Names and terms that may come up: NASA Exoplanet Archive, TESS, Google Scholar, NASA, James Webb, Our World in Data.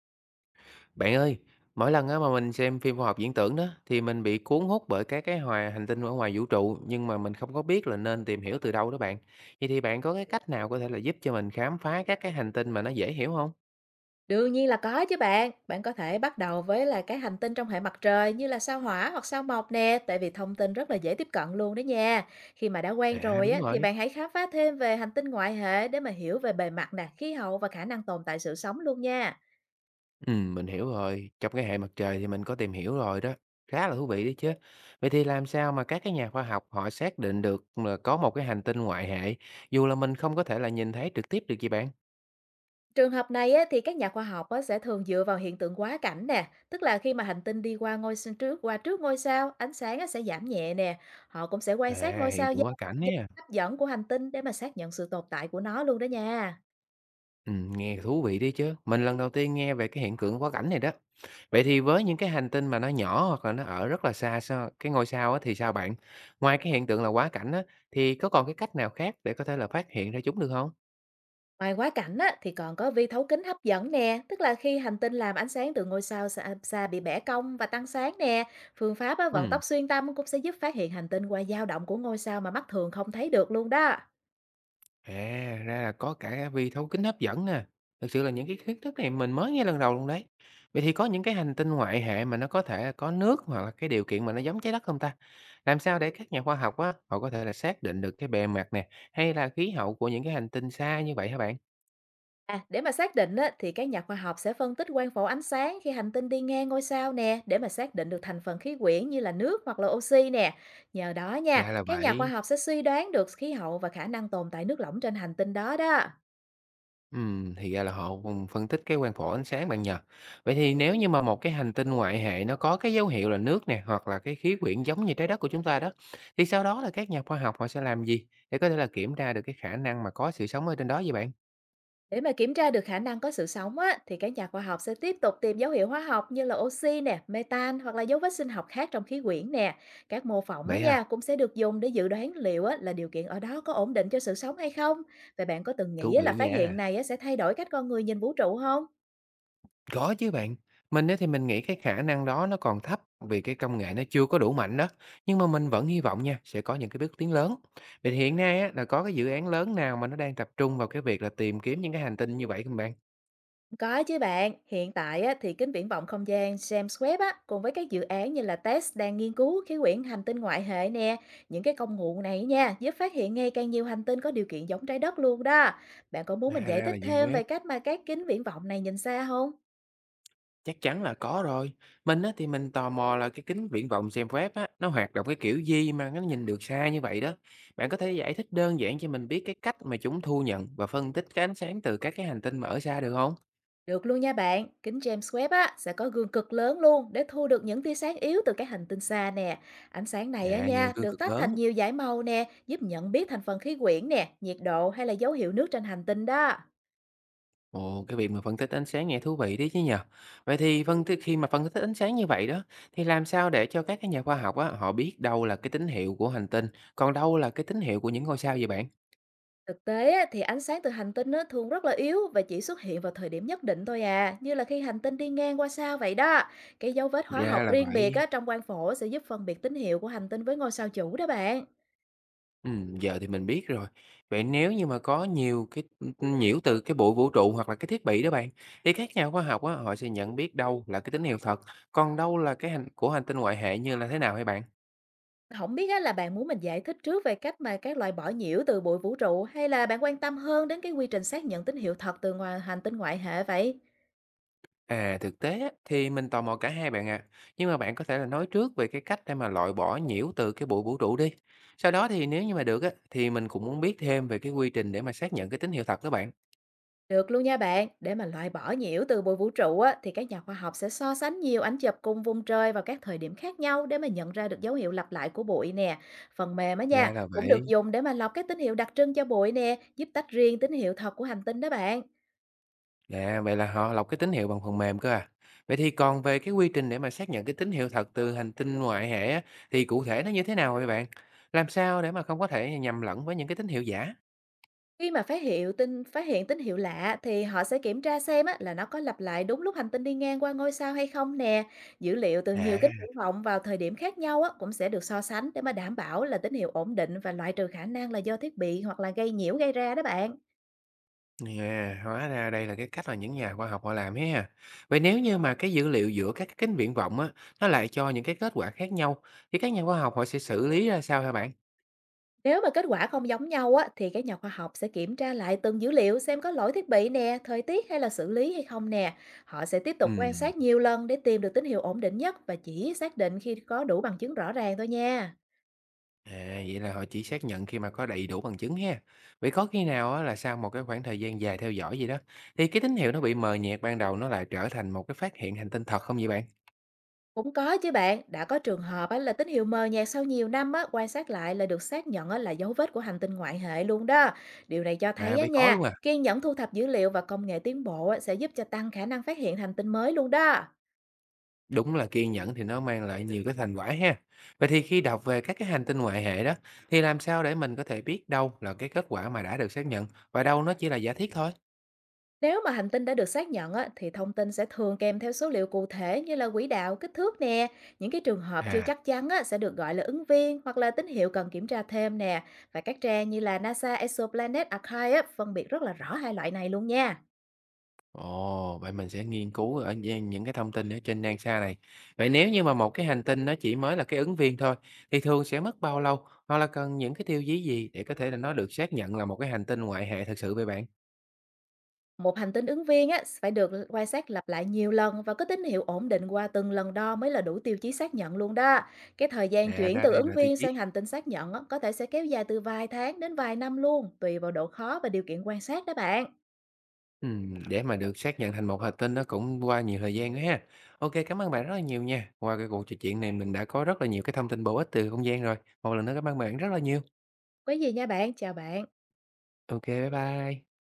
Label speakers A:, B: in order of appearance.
A: Bạn ơi, mỗi lần á mà mình xem phim khoa học viễn tưởng đó thì mình bị cuốn hút bởi các cái hòa hành tinh ở ngoài vũ trụ, nhưng mà mình không có biết là nên tìm hiểu từ đâu đó bạn. Vậy thì bạn có cái cách nào có thể là giúp cho mình khám phá các cái hành tinh mà nó dễ hiểu không?
B: Đương nhiên là có chứ bạn. Bạn có thể bắt đầu với là cái hành tinh trong hệ mặt trời như là sao Hỏa hoặc sao Mộc nè, tại vì thông tin rất là dễ tiếp cận luôn đó nha. Khi mà đã quen
A: À,
B: rồi
A: đúng
B: á, thì
A: rồi.
B: bạn hãy khám phá thêm về hành tinh ngoại hệ để mà hiểu về bề mặt nè, khí hậu và khả năng tồn tại sự sống luôn nha.
A: Ừ, mình hiểu rồi. Trong cái hệ mặt trời thì mình có tìm hiểu rồi đó. Khá là thú vị đấy chứ. Vậy thì làm sao mà các cái nhà khoa học họ xác định được là có một cái hành tinh ngoại hệ, dù là mình không có thể là nhìn thấy trực tiếp được gì bạn?
B: Trường hợp này á, thì các nhà khoa học á, sẽ thường dựa vào hiện tượng quá cảnh nè, tức là khi mà hành tinh đi qua trước ngôi sao, ánh sáng á, sẽ giảm nhẹ nè. Họ cũng sẽ quan sát
A: À,
B: ngôi
A: hiện
B: sao
A: tượng
B: dao
A: quá
B: động
A: cảnh
B: do
A: nhé.
B: hấp dẫn của hành tinh để mà xác nhận sự tồn tại của nó luôn đó nha.
A: Nghe thú vị đấy chứ. Mình lần đầu tiên nghe về cái hiện tượng quá cảnh này đó. Vậy thì với những cái hành tinh mà nó nhỏ hoặc là nó ở rất là xa xa cái ngôi sao á thì sao bạn? Ngoài cái hiện tượng là quá cảnh á, thì có còn cái cách nào khác để có thể là phát hiện ra chúng được không?
B: Ngoài quá cảnh á, thì còn có vi thấu kính hấp dẫn nè, tức là khi hành tinh làm ánh sáng từ ngôi sao xa bị bẻ cong và tăng sáng nè. Phương pháp á, vận
A: Ừm.
B: tốc xuyên tâm cũng sẽ giúp phát hiện hành tinh qua dao động của ngôi sao mà mắt thường không thấy được luôn đó.
A: À, ra là có cả vi thấu kính hấp dẫn nè. Thực sự là những cái kiến thức này mình mới nghe lần đầu luôn đấy. Vậy thì có những cái hành tinh ngoại hệ mà nó có thể là có nước, hoặc là cái điều kiện mà nó giống trái đất không ta? Làm sao để các nhà khoa học á, họ có thể là xác định được cái bề mặt nè, hay là khí hậu của những cái hành tinh xa như vậy hả bạn?
B: À, để mà xác định á, thì các nhà khoa học sẽ phân tích quang phổ ánh sáng khi hành tinh đi ngang ngôi sao nè, để mà xác định được thành phần khí quyển như là nước hoặc là oxy nè. Nhờ đó nha,
A: Ra là
B: các nhà khoa
A: vậy.
B: học sẽ suy đoán được khí hậu và khả năng tồn tại nước lỏng trên hành tinh đó đó.
A: Thì ra là họ cùng phân tích cái quang phổ ánh sáng bạn nhỉ? Vậy thì nếu như mà một cái hành tinh ngoại hệ nó có cái dấu hiệu là nước nè, hoặc là cái khí quyển giống như trái đất của chúng ta đó, thì sau đó là các nhà khoa học họ sẽ làm gì để có thể là kiểm tra được cái khả năng mà có sự sống ở trên đó vậy bạn?
B: Để mà kiểm tra được khả năng có sự sống á, thì các nhà khoa học sẽ tiếp tục tìm dấu hiệu hóa học như là oxy nè, metan hoặc là dấu vết sinh học khác trong khí quyển nè. Các mô phỏng á
A: Vậy
B: nha,
A: à,
B: cũng sẽ được dùng để dự đoán liệu á, là điều kiện ở đó có ổn định cho sự sống hay không. Vậy bạn có từng nghĩ
A: thú
B: á,
A: vị
B: là phát hiện
A: nha.
B: này á, sẽ thay đổi cách con người nhìn vũ trụ không?
A: Có chứ bạn. Mình á thì mình nghĩ cái khả năng đó nó còn thấp, vì cái công nghệ nó chưa có đủ mạnh đó. Nhưng mà mình vẫn hy vọng nha, sẽ có những cái bước tiến lớn. Vậy thì hiện nay á, là có cái dự án lớn nào mà nó đang tập trung vào cái việc là tìm kiếm những cái hành tinh như vậy không bạn?
B: Có chứ bạn, hiện tại á, thì kính viễn vọng không gian James Webb á, cùng với các dự án như là TESS đang nghiên cứu khí quyển hành tinh ngoại hệ nè. Những cái công cụ này nha, giúp phát hiện ngày càng nhiều hành tinh có điều kiện giống trái đất luôn đó. Bạn có muốn
A: À,
B: mình
A: ra
B: giải thích
A: là dạng
B: thêm
A: web,
B: về cách mà các kính viễn vọng này nhìn xa không?
A: chắc chắn là có rồi. Mình á, thì mình tò mò là cái kính viễn vọng xem web á, nó hoạt động cái kiểu gì mà nó nhìn được xa như vậy đó. Bạn có thể giải thích đơn giản cho mình biết cái cách mà chúng thu nhận và phân tích cái ánh sáng từ các cái hành tinh mà ở xa được không?
B: Được luôn nha bạn, kính James Webb á, sẽ có gương cực lớn luôn để thu được những tia sáng yếu từ các hành tinh xa nè. Ánh sáng này á
A: À, nhờ
B: nha,
A: gương
B: được
A: cực
B: tách
A: lớn.
B: thành nhiều dải màu nè, giúp nhận biết thành phần khí quyển nè, nhiệt độ hay là dấu hiệu nước trên hành tinh đó.
A: Ồ, cái việc mà phân tích ánh sáng nghe thú vị đấy chứ nhờ. Vậy thì phân tích khi mà phân tích ánh sáng như vậy đó, thì làm sao để cho các cái nhà khoa học á, họ biết đâu là cái tín hiệu của hành tinh, còn đâu là cái tín hiệu của những ngôi sao vậy bạn?
B: Thực tế á, thì ánh sáng từ hành tinh á, thường rất là yếu và chỉ xuất hiện vào thời điểm nhất định thôi à, như là khi hành tinh đi ngang qua sao vậy đó. Cái dấu vết hóa
A: Ra
B: học
A: là
B: riêng biệt
A: vậy.
B: á, trong quang phổ sẽ giúp phân biệt tín hiệu của hành tinh với ngôi sao chủ đó bạn.
A: Giờ thì mình biết rồi. Vậy nếu như mà có nhiều cái, nhiễu từ cái bụi vũ trụ hoặc là cái thiết bị đó bạn, thì các nhà khoa học á, họ sẽ nhận biết đâu là cái tín hiệu thật, còn đâu là cái hành của hành tinh ngoại hệ như là thế nào hay bạn?
B: Không biết á, là bạn muốn mình giải thích trước về cách mà các loại bỏ nhiễu từ bụi vũ trụ, hay là bạn quan tâm hơn đến cái quy trình xác nhận tín hiệu thật từ ngoài hành tinh ngoại hệ vậy?
A: À, thực tế á, thì mình tò mò cả hai bạn ạ, nhưng mà bạn có thể là nói trước về cái cách để mà loại bỏ nhiễu từ cái bụi vũ trụ đi. Sau đó thì nếu như mà được á, thì mình cũng muốn biết thêm về cái quy trình để mà xác nhận cái tín hiệu thật đó bạn.
B: Được luôn nha bạn, để mà loại bỏ nhiễu từ bụi vũ trụ á, thì các nhà khoa học sẽ so sánh nhiều ảnh chụp cùng vùng trời vào các thời điểm khác nhau để mà nhận ra được dấu hiệu lặp lại của bụi nè. Phần mềm á
A: Ra
B: nha,
A: là
B: cũng được
A: vậy.
B: dùng để mà lọc các tín hiệu đặc trưng cho bụi nè, giúp tách riêng tín hiệu thật của hành tinh đó bạn.
A: À, vậy là họ lọc cái tín hiệu bằng phần mềm cơ à? Vậy thì còn về cái quy trình để mà xác nhận cái tín hiệu thật từ hành tinh ngoại hệ á, thì cụ thể nó như thế nào vậy bạn? Làm sao để mà không có thể nhầm lẫn với những cái tín hiệu giả?
B: Khi mà phát hiện tín hiệu lạ, thì họ sẽ kiểm tra xem á, là nó có lặp lại đúng lúc hành tinh đi ngang qua ngôi sao hay không nè. Dữ liệu từ nhiều kính
A: À,
B: viễn vọng vào thời điểm khác nhau á, cũng sẽ được so sánh để mà đảm bảo là tín hiệu ổn định và loại trừ khả năng là do thiết bị hoặc là gây nhiễu gây ra đó bạn.
A: à, hóa ra đây là cái cách mà những nhà khoa học họ làm ấy ha. Vậy nếu như mà cái dữ liệu giữa các cái kính viễn vọng á, nó lại cho những cái kết quả khác nhau, thì các nhà khoa học họ sẽ xử lý ra sao hả bạn?
B: Nếu mà kết quả không giống nhau á, thì các nhà khoa học sẽ kiểm tra lại từng dữ liệu xem có lỗi thiết bị nè, thời tiết hay là xử lý hay không nè. Họ sẽ tiếp tục quan
A: Ừ.
B: sát nhiều lần để tìm được tín hiệu ổn định nhất và chỉ xác định khi có đủ bằng chứng rõ ràng thôi nha.
A: À, vậy là họ chỉ xác nhận khi mà có đầy đủ bằng chứng ha. Vậy có khi nào á, là sau một cái khoảng thời gian dài theo dõi gì đó, thì cái tín hiệu nó bị mờ nhạt ban đầu nó lại trở thành một cái phát hiện hành tinh thật không vậy bạn?
B: Cũng có chứ bạn, đã có trường hợp á, là tín hiệu mờ nhạt sau nhiều năm á, quan sát lại là được xác nhận á, là dấu vết của hành tinh ngoại hệ luôn đó. Điều này cho thấy
A: À,
B: á
A: vậy có
B: nha,
A: luôn à.
B: kiên nhẫn thu thập dữ liệu và công nghệ tiến bộ á, sẽ giúp cho tăng khả năng phát hiện hành tinh mới luôn đó.
A: Đúng là kiên nhẫn thì nó mang lại nhiều cái thành quả ha. Vậy thì khi đọc về các cái hành tinh ngoại hệ đó, thì làm sao để mình có thể biết đâu là cái kết quả mà đã được xác nhận, và đâu nó chỉ là giả thiết thôi?
B: Nếu mà hành tinh đã được xác nhận á, thì thông tin sẽ thường kèm theo số liệu cụ thể như là quỹ đạo, kích thước nè. Những cái trường hợp chưa
A: À.
B: chắc chắn á, sẽ được gọi là ứng viên hoặc là tín hiệu cần kiểm tra thêm nè. Và các trang như là NASA Exoplanet Archive á, phân biệt rất là rõ hai loại này luôn nha.
A: Ồ, vậy mình sẽ nghiên cứu ở trên những cái thông tin ở trên NASA này. Vậy nếu như mà một cái hành tinh nó chỉ mới là cái ứng viên thôi, thì thường sẽ mất bao lâu, hoặc là cần những cái tiêu chí gì để có thể là nó được xác nhận là một cái hành tinh ngoại hệ thật sự vậy bạn?
B: Một hành tinh ứng viên á, phải được quan sát lặp lại nhiều lần và có tín hiệu ổn định qua từng lần đo mới là đủ tiêu chí xác nhận luôn đó. Cái thời gian
A: À,
B: chuyển
A: ra
B: từ
A: đây
B: ứng
A: là tiêu
B: viên
A: chí.
B: sang hành tinh xác nhận á, có thể sẽ kéo dài từ vài tháng đến vài năm luôn, tùy vào độ khó và điều kiện quan sát đó bạn.
A: Để mà được xác nhận thành một hành tinh nó cũng qua nhiều thời gian nữa ha. Ok, cảm ơn bạn rất là nhiều nha. Qua cái cuộc trò chuyện này mình đã có rất là nhiều cái thông tin bổ ích từ không gian rồi. Một lần nữa cảm ơn bạn rất là nhiều.
B: Có gì nha bạn, chào bạn.
A: Ok, bye bye.